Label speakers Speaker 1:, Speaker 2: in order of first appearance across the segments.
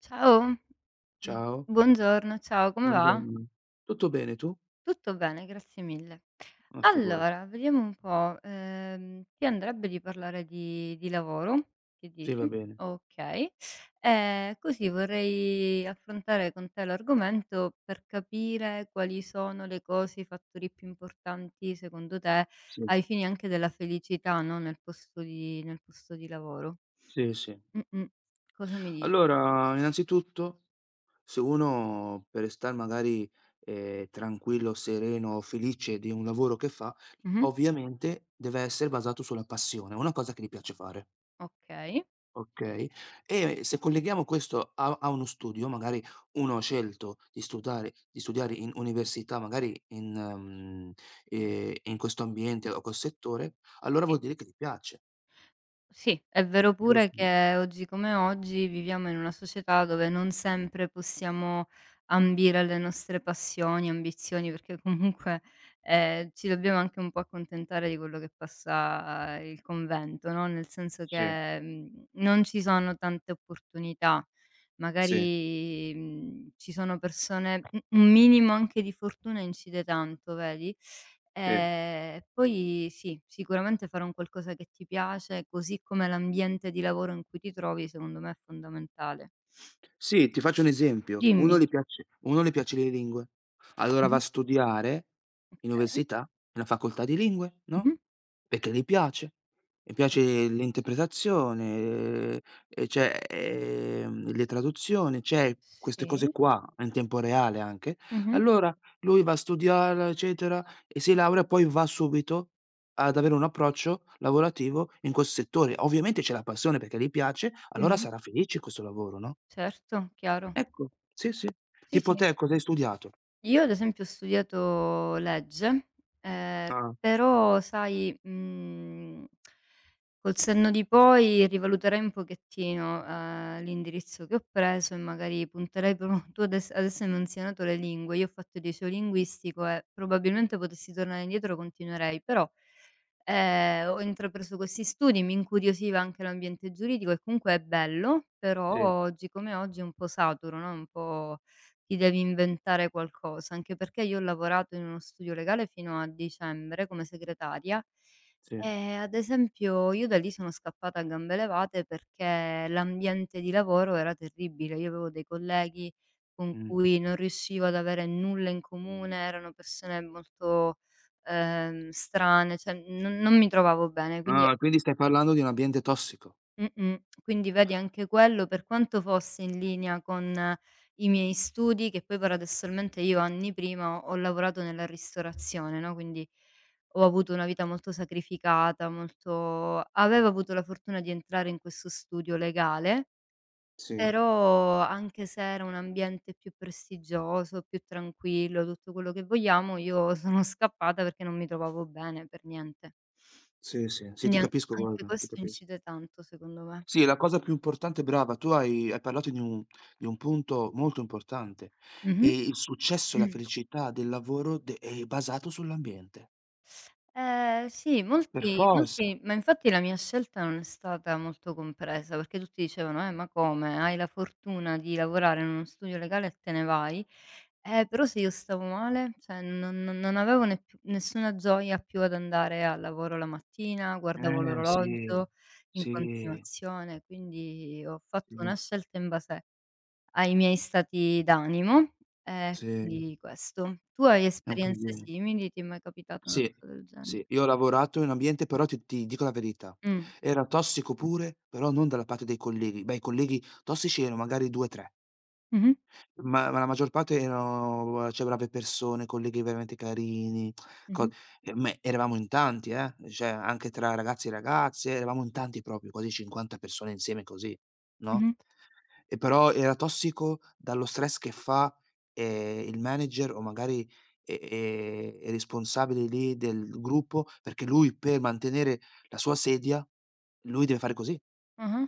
Speaker 1: Ciao.
Speaker 2: Ciao,
Speaker 1: Buongiorno, ciao, come va?
Speaker 2: buongiorno. Tutto bene tu?
Speaker 1: Tutto bene, grazie mille.
Speaker 2: Ma figurati.
Speaker 1: Allora, vediamo un po', ti andrebbe di parlare di lavoro? Che
Speaker 2: Sì, va
Speaker 1: dici?
Speaker 2: bene.
Speaker 1: Okay. Così vorrei affrontare con te l'argomento per capire quali sono le cose, i fattori più importanti secondo te,
Speaker 2: Sì,
Speaker 1: ai fini anche della felicità, no, nel posto di lavoro.
Speaker 2: sì, sì.
Speaker 1: Mh-mh. Cosa mi dici?
Speaker 2: Allora, innanzitutto, se uno per star magari, tranquillo, sereno, felice di un lavoro che fa,
Speaker 1: Mh-mh.
Speaker 2: ovviamente deve essere basato sulla passione, una cosa che gli piace fare.
Speaker 1: Okay,
Speaker 2: Okay. E se colleghiamo questo a uno studio, magari uno ha scelto di studiare in università, magari ehm, in questo ambiente o quel settore, allora vuol
Speaker 1: sì.
Speaker 2: dire che ti piace,
Speaker 1: Sì, è vero pure
Speaker 2: giusto?
Speaker 1: che oggi come oggi viviamo in una società dove non sempre possiamo ambire alle nostre passioni, ambizioni, perché comunque, ci dobbiamo anche un po' accontentare di quello che passa il convento, no, nel senso
Speaker 2: Sì,
Speaker 1: che, non ci sono tante opportunità.
Speaker 2: sì,
Speaker 1: Magari, ci sono persone un minimo anche di fortuna incide tanto, vedi?
Speaker 2: sì.
Speaker 1: Poi sì, sicuramente fare un qualcosa che ti piace, così come l'ambiente di lavoro in cui ti trovi, secondo me è fondamentale.
Speaker 2: Sì, ti faccio un esempio: uno
Speaker 1: Dimmi.
Speaker 2: gli piace uno le piace le lingue, allora va a
Speaker 1: Mh-mh.
Speaker 2: studiare in
Speaker 1: Okay.
Speaker 2: università, nella facoltà di lingue, no,
Speaker 1: Mh-mh.
Speaker 2: perché gli piace. Gli piace l'interpretazione, cioè, le traduzioni, cioè queste cose
Speaker 1: Sì.
Speaker 2: qua in tempo reale anche.
Speaker 1: Mh-mh.
Speaker 2: Allora lui va a studiare, eccetera, e si laurea, poi va subito ad avere un approccio lavorativo in questo settore. Ovviamente c'è la passione perché gli piace, allora
Speaker 1: Mh-mh.
Speaker 2: sarà felice in questo lavoro, no?
Speaker 1: Certo, chiaro.
Speaker 2: Ecco, sì, sì.
Speaker 1: Sì,
Speaker 2: Tipo
Speaker 1: sì.
Speaker 2: te cosa hai studiato?
Speaker 1: Io ad esempio ho studiato legge, ehm,
Speaker 2: Ah,
Speaker 1: però sai, col senno di poi rivaluterei un pochettino, l'indirizzo che ho preso e magari punterei però tu adesso hai menzionato le lingue, io ho fatto il liceo linguistico e probabilmente potessi tornare indietro continuerei, però, ho intrapreso questi studi, mi incuriosiva anche l'ambiente giuridico e comunque è bello, però
Speaker 2: sì,
Speaker 1: oggi come oggi è un po' saturo, no, un po' ti devi inventare qualcosa, anche perché io ho lavorato in uno studio legale fino a dicembre come segretaria
Speaker 2: sì.
Speaker 1: e ad esempio io da lì sono scappata a gambe levate perché l'ambiente di lavoro era terribile. Io avevo dei colleghi con
Speaker 2: Mh.
Speaker 1: cui non riuscivo ad avere nulla in comune, erano persone molto, strane, cioè non mi trovavo bene, quindi.
Speaker 2: Ah, quindi stai parlando di un ambiente tossico.
Speaker 1: Mh-mh. Quindi vedi anche quello, per quanto fosse in linea con i miei studi, che poi paradossalmente io anni prima ho lavorato nella ristorazione, no, quindi ho avuto una vita molto sacrificata, molto avevo avuto la fortuna di entrare in questo studio legale,
Speaker 2: Sì,
Speaker 1: però anche se era un ambiente più prestigioso, più tranquillo, tutto quello che vogliamo, io sono scappata perché non mi trovavo bene per niente.
Speaker 2: sì, sì, sì,
Speaker 1: Quindi
Speaker 2: ti
Speaker 1: an
Speaker 2: capisco,
Speaker 1: anche
Speaker 2: guarda, ti
Speaker 1: questo
Speaker 2: capis
Speaker 1: incide tanto secondo me.
Speaker 2: Sì, la cosa più importante, brava, tu hai parlato di un punto molto importante, e
Speaker 1: Mh-mh.
Speaker 2: il successo e la felicità del lavoro de è basato sull'ambiente.
Speaker 1: Sì,
Speaker 2: Per
Speaker 1: molti
Speaker 2: forza.
Speaker 1: molti ma infatti la mia scelta non è stata molto compresa, perché tutti dicevano: ma come? Hai la fortuna di lavorare in uno studio legale e te ne vai". Però se io stavo male, cioè non avevo ne più nessuna gioia più ad andare al lavoro la mattina, guardavo
Speaker 2: Sì,
Speaker 1: l'orologio in
Speaker 2: sì,
Speaker 1: continuazione, quindi ho
Speaker 2: sì,
Speaker 1: fatto una scelta in base ai miei stati d'animo,
Speaker 2: sì,
Speaker 1: quindi questo. Tu hai
Speaker 2: è un
Speaker 1: esperienze
Speaker 2: crimine.
Speaker 1: simili? Ti è mai capitata una
Speaker 2: Sì,
Speaker 1: cosa del genere?
Speaker 2: sì, io ho lavorato in un ambiente, però ti dico la verità,
Speaker 1: Mh.
Speaker 2: era tossico pure, però non dalla parte dei colleghi. Beh, i colleghi tossici erano magari 2, 3,
Speaker 1: Mh-mh.
Speaker 2: ma la maggior parte erano, cioè, brave persone, colleghi veramente carini, co
Speaker 1: Mh-mh.
Speaker 2: e ma eravamo in tanti, cioè anche tra ragazzi e ragazze, eravamo in tanti proprio, quasi 50 persone insieme così, no?
Speaker 1: Mh-mh.
Speaker 2: E però era tossico dallo stress che fa, il manager o magari, e i responsabili lì del gruppo, perché lui, per mantenere la sua sedia, lui deve fare così.
Speaker 1: Ah-ah.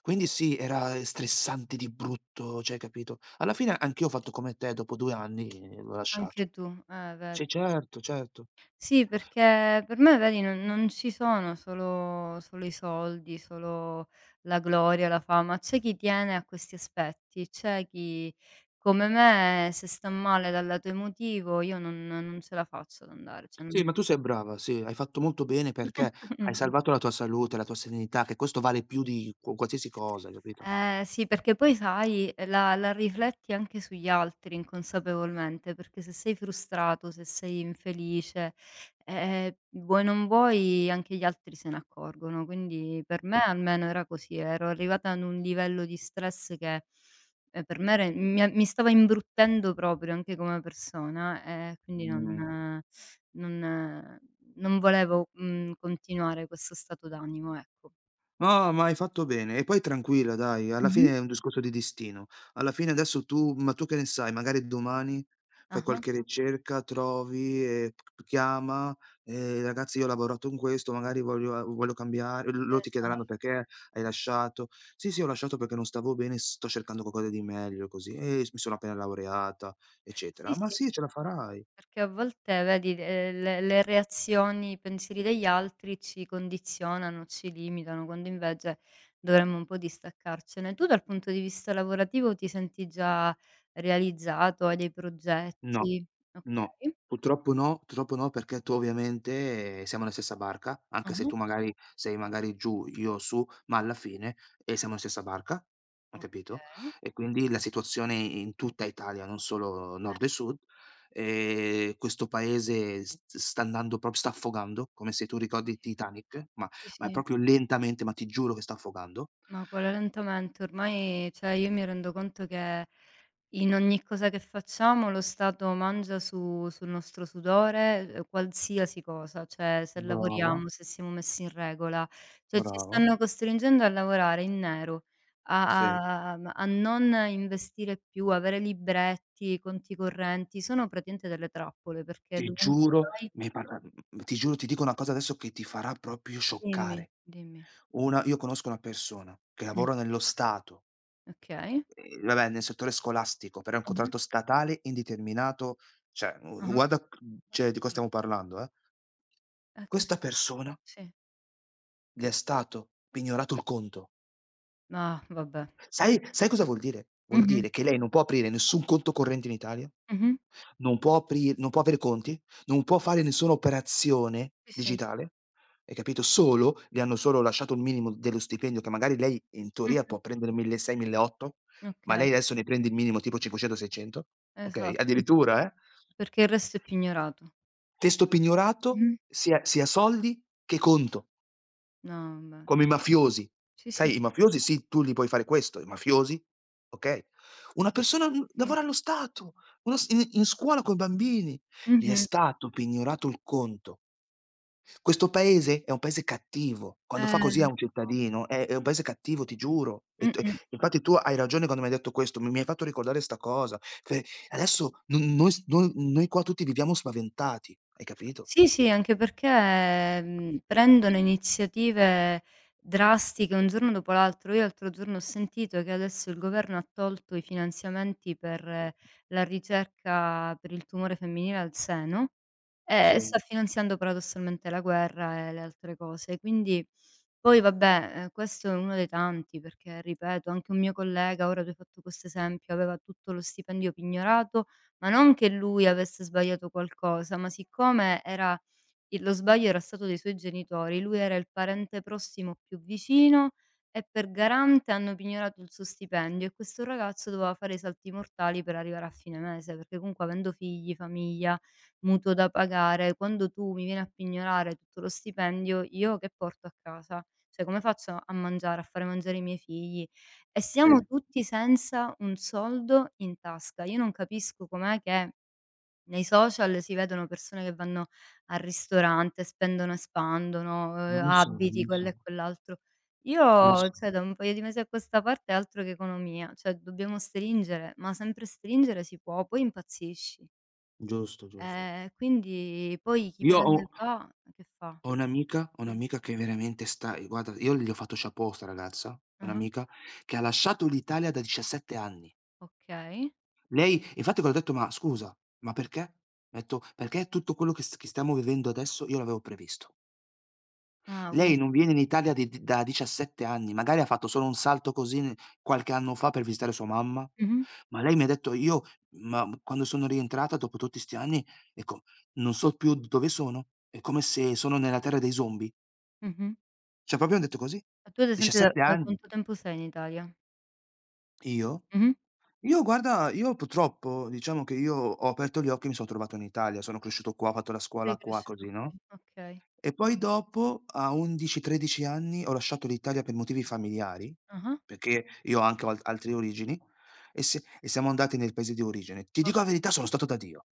Speaker 2: Quindi sì, era stressante di brutto, cioè, capito? Alla fine anch'io ho fatto come te, dopo 2 anni, l'ho lasciato.
Speaker 1: Anche tu,
Speaker 2: Sì,
Speaker 1: vedi.
Speaker 2: certo, certo.
Speaker 1: Sì, perché per me vedi non ci sono solo i soldi, solo la gloria, la fama. C'è chi tiene a questi aspetti, c'è chi come me se sta male dal lato emotivo io non ce la faccio ad andare, cioè non
Speaker 2: Sì, ma tu sei brava, sì, hai fatto molto bene, perché hai
Speaker 1: mh.
Speaker 2: salvato la tua salute, la tua serenità, che questo vale più di qu qualsiasi cosa, hai capito?
Speaker 1: Eh sì, perché poi sai, la rifletti anche sugli altri inconsapevolmente, perché se sei frustrato, se sei infelice, vuoi non vuoi anche gli altri se ne accorgono. Quindi per me
Speaker 2: Eh.
Speaker 1: almeno era così, ero arrivata ad un livello di stress che, per me era mi a mi stava imbruttendo proprio anche come persona e quindi
Speaker 2: Mh.
Speaker 1: eh, non eh, non volevo, continuare questo stato d'animo, ecco.
Speaker 2: No, ma hai fatto bene. E poi tranquilla, dai, alla
Speaker 1: Mh-mh.
Speaker 2: fine è un discorso di destino. Alla fine adesso tu, ma tu che ne sai, magari domani fai
Speaker 1: Ah-ah,
Speaker 2: qualche ricerca, trovi, p chiama: Ragazzi, io ho lavorato in questo, magari voglio, cambiare", l loro ti
Speaker 1: esa
Speaker 2: chiederanno: "Perché hai lasciato?" "Sì, sì, ho lasciato perché non stavo bene, sto cercando qualcosa di meglio così, e s mi sono appena laureata", eccetera.
Speaker 1: sì,
Speaker 2: "Ah, ma
Speaker 1: sì,
Speaker 2: sì, ce la farai."
Speaker 1: perché a volte vedi, le reazioni, i pensieri degli altri ci condizionano, ci limitano, quando invece dovremmo un po' distaccarcene. Tu dal punto di vista lavorativo ti senti già realizzato? Hai dei
Speaker 2: No.
Speaker 1: progetti?
Speaker 2: No,
Speaker 1: Okay.
Speaker 2: purtroppo no, purtroppo no, perché tu ovviamente, siamo nella stessa barca, anche se
Speaker 1: Ah-ah.
Speaker 2: tu magari sei magari giù, io su, ma alla fine, siamo nella stessa barca, hai capito?
Speaker 1: Okay.
Speaker 2: E quindi la situazione in tutta Italia, non solo nord e
Speaker 1: Eh,
Speaker 2: sud, questo paese s sta andando prop sta affogando, come se, tu
Speaker 1: sì.
Speaker 2: ricordi, Titanic, ma
Speaker 1: Sì,
Speaker 2: è
Speaker 1: sì.
Speaker 2: proprio lentamente, ma ti giuro che sta affogando.
Speaker 1: Ma quello lentamente ormai cioè io mi rendo conto che in ogni cosa che facciamo lo Stato mangia su sul nostro sudore, qualsiasi cosa, cioè se
Speaker 2: Brava,
Speaker 1: lavoriamo, se siamo messi in regola, cioè ci
Speaker 2: brava,
Speaker 1: stanno costringendo a lavorare in nero,
Speaker 2: sì.
Speaker 1: a non investire più, avere libretti, conti correnti, sono praticamente delle trappole perché
Speaker 2: Ti
Speaker 1: dovunque
Speaker 2: giuro,
Speaker 1: vai.
Speaker 2: mi hai parla mhmm, ti giuro, ti dico una cosa adesso che ti farà proprio
Speaker 1: Dimmi,
Speaker 2: scioccare.
Speaker 1: dimmi.
Speaker 2: Una Io conosco una persona che
Speaker 1: Mh,
Speaker 2: lavora nello Stato,
Speaker 1: okay.
Speaker 2: vabbè, nel settore scolastico, però è un
Speaker 1: Ah-ah,
Speaker 2: contratto statale indeterminato, cioè u
Speaker 1: ah-ah.
Speaker 2: guarda, cioè di cosa stiamo parlando, eh.
Speaker 1: E che
Speaker 2: Questa persona
Speaker 1: sì.
Speaker 2: le è stato pignorato il conto.
Speaker 1: No, vabbè.
Speaker 2: Sai cosa vuol dire? Vuol
Speaker 1: Mh-mh,
Speaker 2: dire che lei non può aprire nessun conto corrente in Italia.
Speaker 1: mh-mh.
Speaker 2: Non può aprire conti, non può fare nessuna operazione
Speaker 1: Sì, sì.
Speaker 2: digitale, hai capito? Solo le hanno solo lasciato il minimo dello stipendio, che magari lei in
Speaker 1: Mh-mh,
Speaker 2: teoria può prendere 1600, 1800, ma
Speaker 1: okay,
Speaker 2: lei adesso ne prende il minimo, tipo 500, 600, okay?
Speaker 1: esatto.
Speaker 2: Addirittura, eh.
Speaker 1: Perché il resto è più ignorato.
Speaker 2: Testo pignorato,
Speaker 1: Mh-mh.
Speaker 2: sia soldi che conto.
Speaker 1: No, vabbè,
Speaker 2: Come i
Speaker 1: che
Speaker 2: mafiosi.
Speaker 1: sì, sì.
Speaker 2: Sai, i mafiosi, sì, tu gli puoi fare questo, i mafiosi, okay. Una persona,
Speaker 1: Sì.
Speaker 2: lavora allo Stato, uno s in in scuola coi bambini. Gli è
Speaker 1: Mh-mh.
Speaker 2: stato pignorato il conto. Questo paese è un paese cattivo. Quando fa così a
Speaker 1: Lo
Speaker 2: un
Speaker 1: so.
Speaker 2: cittadino, è un paese cattivo, ti giuro. E t
Speaker 1: Mh-mh.
Speaker 2: Infatti tu hai ragione quando mi hai detto questo, mi hai fatto ricordare 'sta cosa. Fe adesso no, noi s noi noi qua tutti viviamo spaventati, hai capito?
Speaker 1: Sì, sì, anche perché, prendono iniziative drastiche un giorno dopo l'altro. Io l'altro giorno ho sentito che adesso il governo ha tolto i finanziamenti per la ricerca per il tumore femminile al seno. E
Speaker 2: Sì,
Speaker 1: sta finanziando paradossalmente la guerra e le altre cose. Quindi poi vabbè, questo è uno dei tanti, perché ripeto, anche un mio collega, ora tu hai fatto questo esempio, aveva tutto lo stipendio pignorato, ma non che lui avesse sbagliato qualcosa, ma siccome era il lo sbaglio era stato dei suoi genitori, lui era il parente prossimo più vicino e per garante hanno pignorato il suo stipendio e questo ragazzo doveva fare i salti mortali per arrivare a fine mese, perché comunque avendo figli, famiglia, mutuo da pagare, quando tu mi vieni a pignorare tutto lo stipendio, io che porto a casa? Cioè come faccio a mangiare, a fare mangiare i miei figli? E siamo
Speaker 2: sì.
Speaker 1: tutti senza un soldo in tasca. Io non capisco com'è che nei social si vedono persone che vanno al ristorante, spendono e spandono,
Speaker 2: Non lo so, non
Speaker 1: abiti,
Speaker 2: lo so,
Speaker 1: quello e quell'altro.
Speaker 2: non lo
Speaker 1: Io,
Speaker 2: so.
Speaker 1: cioè da un paio di mesi a questa parte è altro che economia, cioè dobbiamo stringere, ma sempre stringere si può, poi impazzisci.
Speaker 2: Giusto, giusto.
Speaker 1: Quindi poi chi
Speaker 2: Io ho
Speaker 1: prende e va, che fa?
Speaker 2: ho un'amica ho un'amica che veramente sta, e guarda, io gli ho fatto chapeau a 'sta ragazza,
Speaker 1: Ah-ah,
Speaker 2: un'amica che ha lasciato l'Italia da 17 anni.
Speaker 1: okay.
Speaker 2: Lei infatti, quando ho detto: "Ma scusa, ma perché?" Ha detto: "Perché tutto quello che s che stiamo vivendo adesso io l'avevo previsto."
Speaker 1: Ah, quindi
Speaker 2: Lei non viene in Italia di d da 17 anni, magari ha fatto solo un salto così n qualche anno fa per visitare sua mamma,
Speaker 1: mh-mh,
Speaker 2: ma lei mi ha detto: "Io, ma quando sono rientrata dopo tutti 'sti anni, ecco, non so più dove sono, è come se sono nella terra dei zombie."
Speaker 1: mh-mh.
Speaker 2: Cioè, proprio han detto così.
Speaker 1: E tu ad esempio da
Speaker 2: 17
Speaker 1: da
Speaker 2: anni.
Speaker 1: quanto tempo sei in Italia?
Speaker 2: Io?
Speaker 1: Mh-mh.
Speaker 2: Io, guarda, io purtroppo, diciamo che io ho aperto gli occhi e mi son trovato in Italia, sono cresciuto qua, ho fatto la
Speaker 1: Sei
Speaker 2: scuola qua,
Speaker 1: cresciuto
Speaker 2: così, no,
Speaker 1: qui, okay.
Speaker 2: e poi dopo a 11, 13 anni ho lasciato l'Italia per motivi familiari,
Speaker 1: Ah-ah,
Speaker 2: perché io anche ho al altre origini, e siamo andati nel paese di origine. Ti
Speaker 1: o
Speaker 2: dico la verità, sono stato da Dio.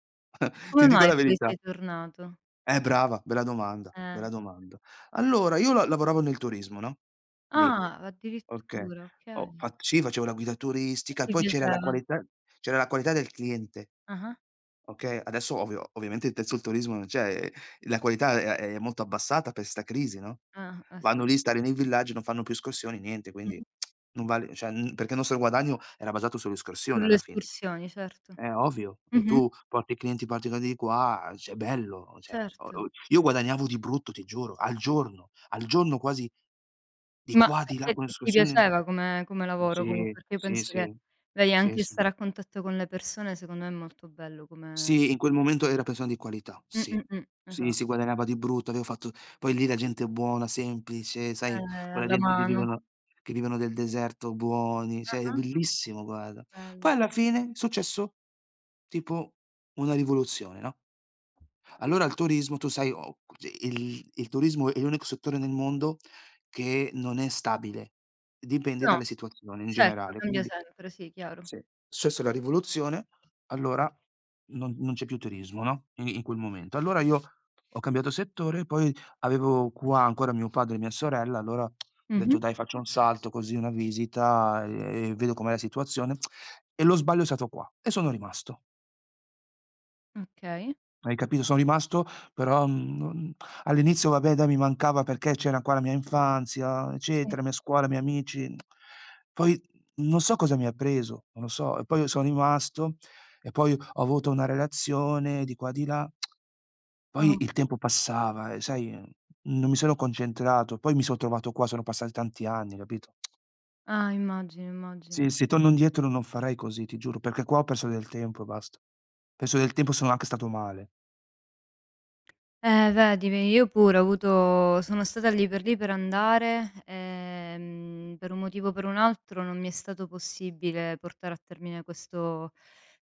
Speaker 1: E
Speaker 2: Ti
Speaker 1: come
Speaker 2: dico
Speaker 1: mai
Speaker 2: la
Speaker 1: poi
Speaker 2: verità.
Speaker 1: sei tornato?
Speaker 2: Eh, brava, bella domanda,
Speaker 1: Eh.
Speaker 2: bella domanda. Allora, io la lavoravo nel turismo, no, lì.
Speaker 1: Ah,
Speaker 2: Okay.
Speaker 1: addirittura,
Speaker 2: Ho
Speaker 1: okay.
Speaker 2: fa sì, facevo la guida
Speaker 1: E
Speaker 2: turistica e
Speaker 1: ti
Speaker 2: poi
Speaker 1: piaceva?
Speaker 2: c'era la qualità del cliente,
Speaker 1: Ah-ah.
Speaker 2: okay. Adesso ovvio ovviamente adesso il turismo non c'è, la qualità è molto abbassata per 'sta crisi, no.
Speaker 1: Ah, ah sì.
Speaker 2: Vanno lì, stare nei villaggi, non fanno più escursioni, niente, quindi
Speaker 1: Mh-mh.
Speaker 2: non vale, cioè, perché il nostro guadagno era basato sulle escursioni,
Speaker 1: Sulle
Speaker 2: alla fine.
Speaker 1: escursioni, certo.
Speaker 2: Ovvio. E
Speaker 1: Mh-mh.
Speaker 2: tu porti clienti particolari di qua, cioè, bello, cioè,
Speaker 1: Certo.
Speaker 2: o io guadagnavo di brutto, ti giuro, al giorno, al giorno, quasi di
Speaker 1: Ma
Speaker 2: qua, di là
Speaker 1: e
Speaker 2: con
Speaker 1: e ti
Speaker 2: l'escursione.
Speaker 1: piaceva come lavoro comunque?
Speaker 2: Sì,
Speaker 1: Perché io
Speaker 2: sì,
Speaker 1: penso che,
Speaker 2: sì.
Speaker 1: vedi,
Speaker 2: Sì,
Speaker 1: anche
Speaker 2: sì.
Speaker 1: stare a contatto con le persone secondo me è molto bello come
Speaker 2: Sì, in quel momento era persona di qualità, sì. Sì,
Speaker 1: esatto.
Speaker 2: si guadagnava di brutto, avevo fatto, poi lì la gente è buona, semplice, sai, quella
Speaker 1: Alla
Speaker 2: gente
Speaker 1: mano.
Speaker 2: che vivono del deserto, buoni, cioè è
Speaker 1: Ah-ah,
Speaker 2: bellissimo, guarda. Poi
Speaker 1: bello.
Speaker 2: alla fine è successo tipo una rivoluzione, no, allora il turismo, tu sai, o il turismo è l'unico settore nel mondo che non è stabile, dipende
Speaker 1: No,
Speaker 2: dalle situazioni in
Speaker 1: certo,
Speaker 2: generale,
Speaker 1: cambia
Speaker 2: quindi.
Speaker 1: sempre, sì, chiaro.
Speaker 2: Sì. Successa la rivoluzione, allora non c'è più turismo, no, in quel momento. Allora io ho cambiato settore, poi avevo qua ancora mio padre e mia sorella, allora ho detto:
Speaker 1: Mh-mh,
Speaker 2: "Dai, faccio un salto così, una visita e vedo com'è la situazione." E lo sbaglio è stato qua e sono rimasto.
Speaker 1: okay.
Speaker 2: Hai capito? Sono rimasto, però, non. All'inizio, vabbè, dai, mi mancava perché c'era qua la mia infanzia,
Speaker 1: Sì.
Speaker 2: eccetera, mia scuola, i miei amici. Poi non so cosa mi ha preso, non lo so, e poi sono rimasto, e poi ho avuto una relazione di qua, di là. Poi
Speaker 1: O
Speaker 2: il tempo passava e, sai, non mi sono concentrato, poi mi son trovato qua, sono passati tanti anni, capito?
Speaker 1: Ah, immagino, immagino.
Speaker 2: Sì, se torno indietro non farei così, ti giuro, perché qua ho perso del tempo, e basta. Perso del tempo, sono anche stato male.
Speaker 1: Vedi, ve io pure ho avuto sono stata lì per andare, per un motivo o per un altro non mi è stato possibile portare a termine questo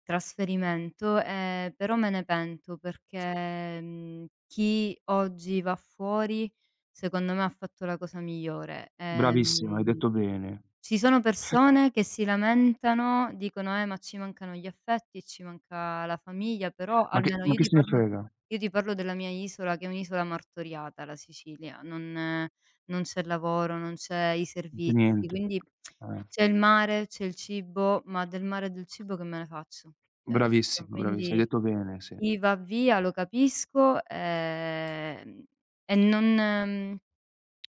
Speaker 1: trasferimento, però me ne pento perché, chi oggi va fuori, secondo me ha fatto la cosa migliore. Mh.
Speaker 2: Bravissima, hai detto bene.
Speaker 1: Ci sono persone che si lamentano, dicono: ma ci mancano gli affetti, ci manca la famiglia", però almeno
Speaker 2: Ma chi se ne frega?
Speaker 1: io ti parlo della mia isola che è un'isola martoriata, la Sicilia, non c'è lavoro, non c'è i
Speaker 2: Non c'è
Speaker 1: servizi,
Speaker 2: niente.
Speaker 1: quindi
Speaker 2: Eh,
Speaker 1: c'è il mare, c'è il cibo, ma del mare e del cibo che me ne faccio? Cioè, capito,
Speaker 2: bravissimo, bravissi hai
Speaker 1: quindi
Speaker 2: detto bene, sì.
Speaker 1: chi va via lo capisco, e non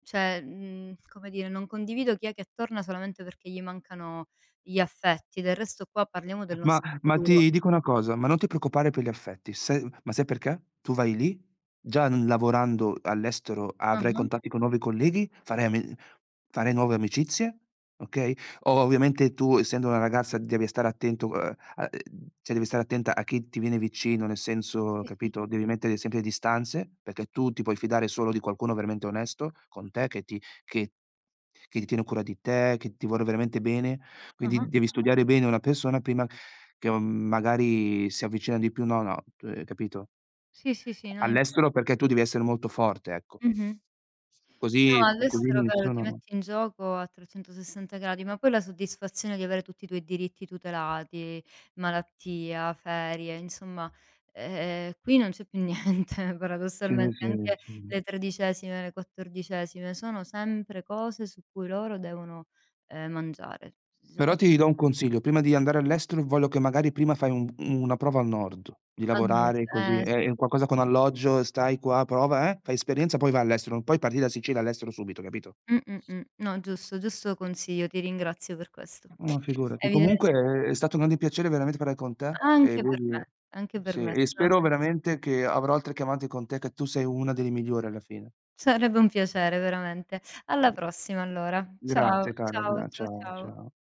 Speaker 1: cioè, come dire, non condivido chi è che torna solamente perché gli mancano gli affetti, del resto qua parliamo del
Speaker 2: Ma
Speaker 1: nostro
Speaker 2: ma
Speaker 1: futuro.
Speaker 2: ti dico una cosa, ma non ti preoccupare per gli affetti, sai, ma sai perché? Tu vai lì, già n lavorando all'estero avrai
Speaker 1: Ah-ah,
Speaker 2: contatti con nuovi colleghi, farai nuove amicizie, okay, o ovviamente tu, essendo una ragazza, devi stare attento, a cioè devi stare attenta a chi ti viene vicino, nel senso,
Speaker 1: sì, sì,
Speaker 2: capito, devi mettere sempre distanze, perché tu ti puoi fidare solo di qualcuno veramente onesto con te, che che ti tiene cura di te, che ti vuole veramente bene, quindi
Speaker 1: ah-ah.
Speaker 2: devi, mh-mh, studiare bene una persona prima che, magari si avvicina di più, no, no, capito?
Speaker 1: Sì, sì, sì, no infa
Speaker 2: All'estero, perché tu devi essere molto forte, ecco.
Speaker 1: mh-mh. No,
Speaker 2: Così co così
Speaker 1: all'estero vero, ti
Speaker 2: nessuno,
Speaker 1: metti in gioco a 360 gradi, ma poi la soddisfazione di avere tutti i tuoi diritti tutelati, malattia, ferie, insomma, qui non c'è più niente
Speaker 2: sì,
Speaker 1: paradossalmente,
Speaker 2: sì,
Speaker 1: anche
Speaker 2: sì.
Speaker 1: le tredicesime, le quattordicesime sono sempre cose su cui loro devono, mangiare. S-
Speaker 2: Però ti do un consiglio: prima di andare all'estero voglio che magari prima fai un una prova al nord, di
Speaker 1: Al nord,
Speaker 2: lavorare così,
Speaker 1: eh sì,
Speaker 2: in
Speaker 1: sì.
Speaker 2: qualcosa con alloggio, stai qua, prova, fai esperienza, poi vai all'estero, non puoi partire da Sicilia all'estero subito, capito?
Speaker 1: No, giusto, giusto consiglio, ti ringrazio per questo.
Speaker 2: No, figurati.
Speaker 1: Evide
Speaker 2: Comunque è stato un grande piacere veramente parlare con te, e
Speaker 1: anche per
Speaker 2: vedi,
Speaker 1: me, anche per
Speaker 2: sì,
Speaker 1: me.
Speaker 2: e
Speaker 1: Sono
Speaker 2: spero veramente che avrò altre chiamate con te, che tu sei una delle migliori alla fine.
Speaker 1: Sarebbe un piacere veramente. Alla prossima allora. Ciao,
Speaker 2: Grazie, cara,
Speaker 1: ciao,
Speaker 2: gra
Speaker 1: ciao,
Speaker 2: ciao,
Speaker 1: ciao.
Speaker 2: ciao.